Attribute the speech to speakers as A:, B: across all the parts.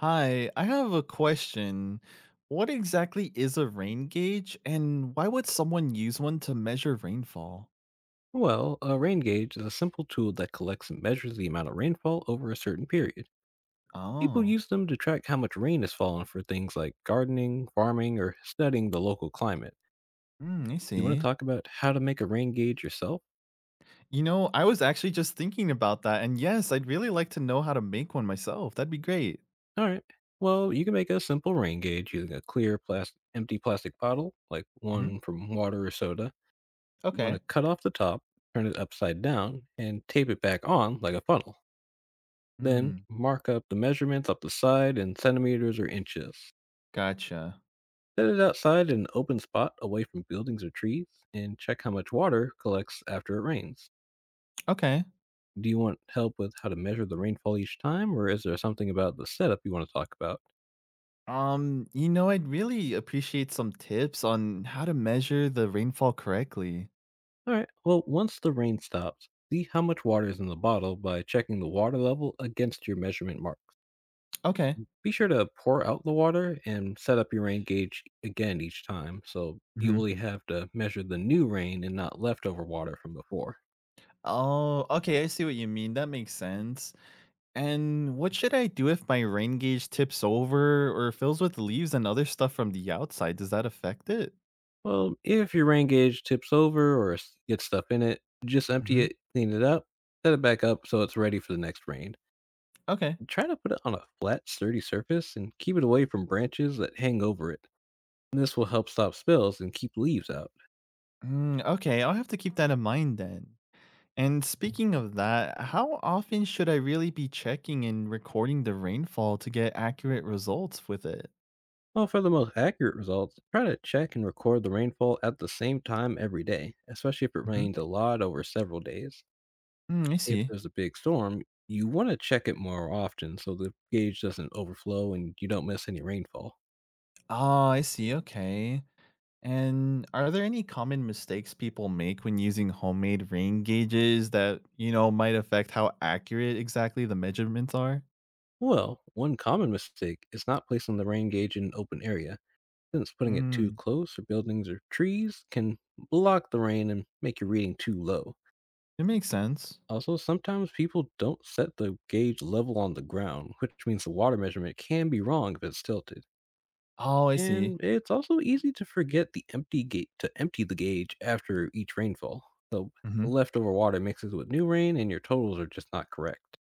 A: Hi, I have a question. What exactly is a rain gauge, and why would someone use one to measure rainfall?
B: Well, a rain gauge is a simple tool that collects and measures the amount of rainfall over a certain period. People
A: Oh,
B: use them to track how much rain has fallen for things like gardening, farming, or studying the local climate.
A: mm, I
B: You want to
A: see.
B: talk about how to make a rain gauge yourself?
A: I was actually just thinking about that, and yes, I'd really like to know how to make one myself. That'd be great.
B: All right. Well, you can make a simple rain gauge using a clear, plastic, empty plastic bottle, like
A: Hmm.
B: one from water or soda. You want
A: Okay.
B: to cut off the top, turn it upside down, and tape it back on like a funnel. Then
A: Mm,
B: mark up the measurements up the side in centimeters or inches.
A: gotcha.
B: Set it outside in an open spot away from buildings or trees and check how much water collects after it rains.
A: Okay.
B: Do you want help with how to measure the rainfall each time, or is there something about the setup you want to talk about?
A: I'd really appreciate some tips on how to measure the rainfall correctly.
B: All right, well, once the rain stops, see how much water is in the bottle by checking the water level against your measurement marks.
A: Okay.
B: Be sure to pour out the water and set up your rain gauge again each time, so you
A: Hmm.
B: only have to measure the new rain and not leftover water from before.
A: Oh, okay. I see what you mean. That makes sense. And what should I do if my rain gauge tips over or fills with leaves and other stuff from the outside? Does that affect it?
B: Well, if your rain gauge tips over or gets stuff in it, just empty
A: Hmm.
B: it, clean it up, set it back up so it's ready for the next rain.
A: Okay.
B: Try to put it on a flat, sturdy surface and keep it away from branches that hang over it. This will help stop spills and keep leaves out.
A: Mm, okay, I'll have to keep that in mind then. And speaking of that, how often should I really be checking and recording the rainfall to get accurate results with it?
B: Well, for the most accurate results, try to check and record the rainfall at the same time every day, especially if it
A: Hmm.
B: rained a lot over several days.
A: Mm, I
B: If
A: see.
B: there's a big storm, you want to check it more often so the gauge doesn't overflow and you don't miss any rainfall.
A: Oh, I see. Okay. And are there any common mistakes people make when using homemade rain gauges that, might affect how accurate exactly the measurements are?
B: Well, one common mistake is not placing the rain gauge in an open area, since putting it too
A: Mm,
B: close to buildings or trees can block the rain and make your reading too low.
A: it makes sense.
B: Also, sometimes people don't set the gauge level on the ground, which means the water measurement can be wrong if it's tilted.
A: Oh, I see.
B: And it's also easy to forget the empty gate to empty the gauge after each rainfall. So
A: Hmm.
B: leftover water mixes with new rain and your totals are just not correct.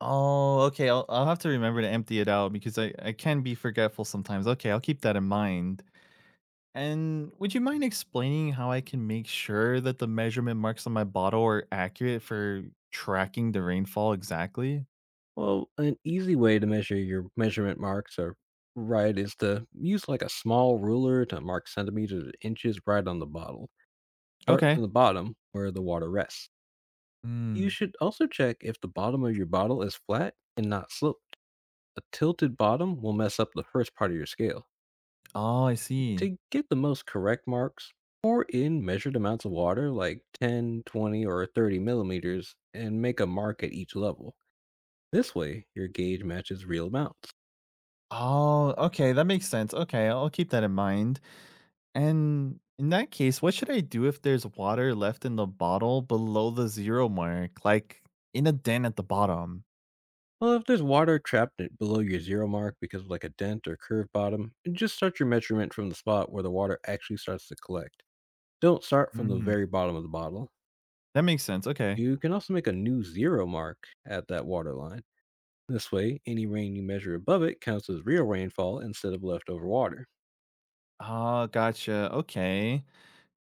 A: Oh, okay. I'll have to remember to empty it out because I can be forgetful sometimes. Okay, I'll keep that in mind. And would you mind explaining how I can make sure that the measurement marks on my bottle are accurate for tracking the rainfall exactly?
B: Well, an easy way to measure your measurement marks are right is to use like a small ruler to mark centimeters or inches right on the bottle. Start
A: Okay.
B: from the bottom where the water rests. You
A: Mm.
B: should also check if the bottom of your bottle is flat and not sloped. A tilted bottom will mess up the first part of your scale.
A: Oh, I see.
B: To get the most correct marks, pour in measured amounts of water like 10, 20, or 30 millimeters and make a mark at each level. This way, your gauge matches real amounts.
A: Oh, okay, that makes sense. Okay, I'll keep that in mind. And in that case, what should I do if there's water left in the bottle below the zero mark, like in a dent at the bottom?
B: Well, if there's water trapped below your zero mark because of like a dent or curved bottom, just start your measurement from the spot where the water actually starts to collect. Don't start from the
A: Mm,
B: very bottom of the bottle.
A: that makes sense. Okay.
B: You can also make a new zero mark at that water line. This way, any rain you measure above it counts as real rainfall instead of leftover water.
A: Oh, gotcha. Okay.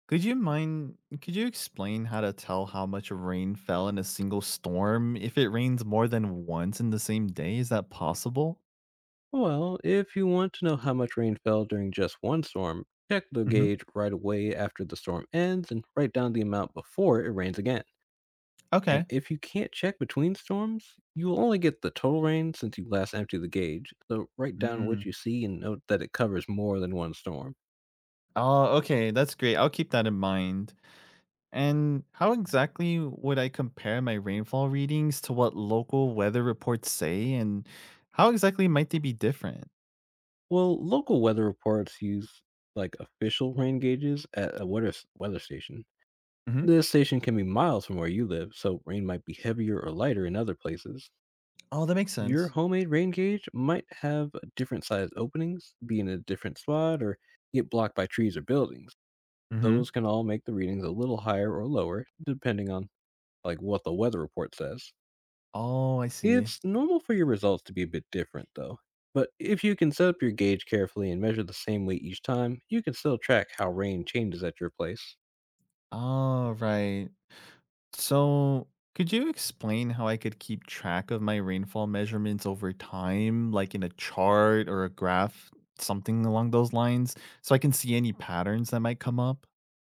A: Could you mind? Could you explain how to tell how much rain fell in a single storm if it rains more than once in the same day? Is that possible?
B: Well, if you want to know how much rain fell during just one storm, check the
A: Hmm.
B: gauge right away after the storm ends and write down the amount before it rains again. And
A: Okay.
B: if you can't check between storms, you will only get the total rain since you last emptied the gauge. So write down what
A: Mm.
B: you see and note that it covers more than one storm.
A: Oh, okay. That's great. I'll keep that in mind. And how exactly would I compare my rainfall readings to what local weather reports say? And how exactly might they be different?
B: Well, local weather reports use like official rain gauges at a weather station.
A: Hmm.
B: This station can be miles from where you live, so rain might be heavier or lighter in other places.
A: Oh, that makes
B: Your
A: sense.
B: homemade rain gauge might have different sized openings, be in a different spot, or get blocked by trees or buildings.
A: Hmm.
B: Those can all make the readings a little higher or lower, depending on like what the weather report says.
A: Oh, I see.
B: It's normal for your results to be a bit different, though. But if you can set up your gauge carefully and measure the same weight each time, you can still track how rain changes at your place.
A: All right. So, could you explain how I could keep track of my rainfall measurements over time, like in a chart or a graph, something along those lines, so I can see any patterns that might come up?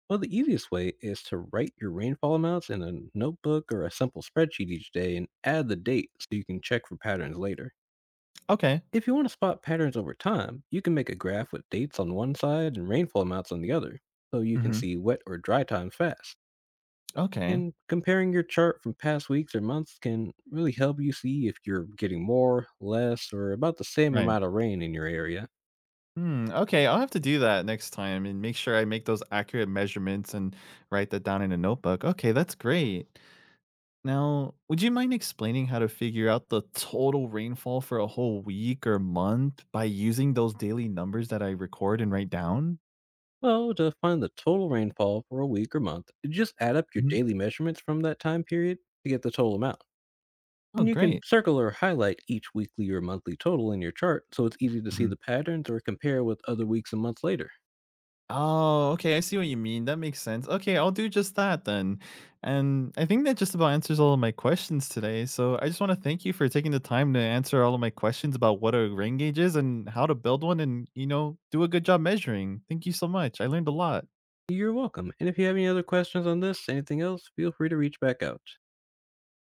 B: Well, the easiest way is to write your rainfall amounts in a notebook or a simple spreadsheet each day and add the date so you can check for patterns later.
A: Okay.
B: If you want to spot patterns over time, you can make a graph with dates on one side and rainfall amounts on the other, so you can
A: Hmm.
B: see wet or dry times fast.
A: Okay.
B: And comparing your chart from past weeks or months can really help you see if you're getting more, less, or about the same
A: Right.
B: amount of rain in your area.
A: Hmm, okay, I'll have to do that next time and make sure I make those accurate measurements and write that down in a notebook. Okay, that's great. Now, would you mind explaining how to figure out the total rainfall for a whole week or month by using those daily numbers that I record and write down?
B: Well, to find the total rainfall for a week or month, just add up your
A: Mhm.
B: daily measurements from that time period to get the total amount.
A: Oh,
B: And you can
A: great.
B: circle or highlight each weekly or monthly total in your chart so it's easy to see
A: Mhm.
B: the patterns or compare with other weeks and months later.
A: Oh, okay, I see what you mean, that makes sense. Okay, I'll do just that then, and I think that just about answers all of my questions today, so I just wanna thank you for taking the time to answer all of my questions about what a rain gauge is and how to build one and, do a good job measuring. Thank you so much, I learned a lot.
B: You're welcome. And if you have any other questions on this, anything else, feel free to reach back out.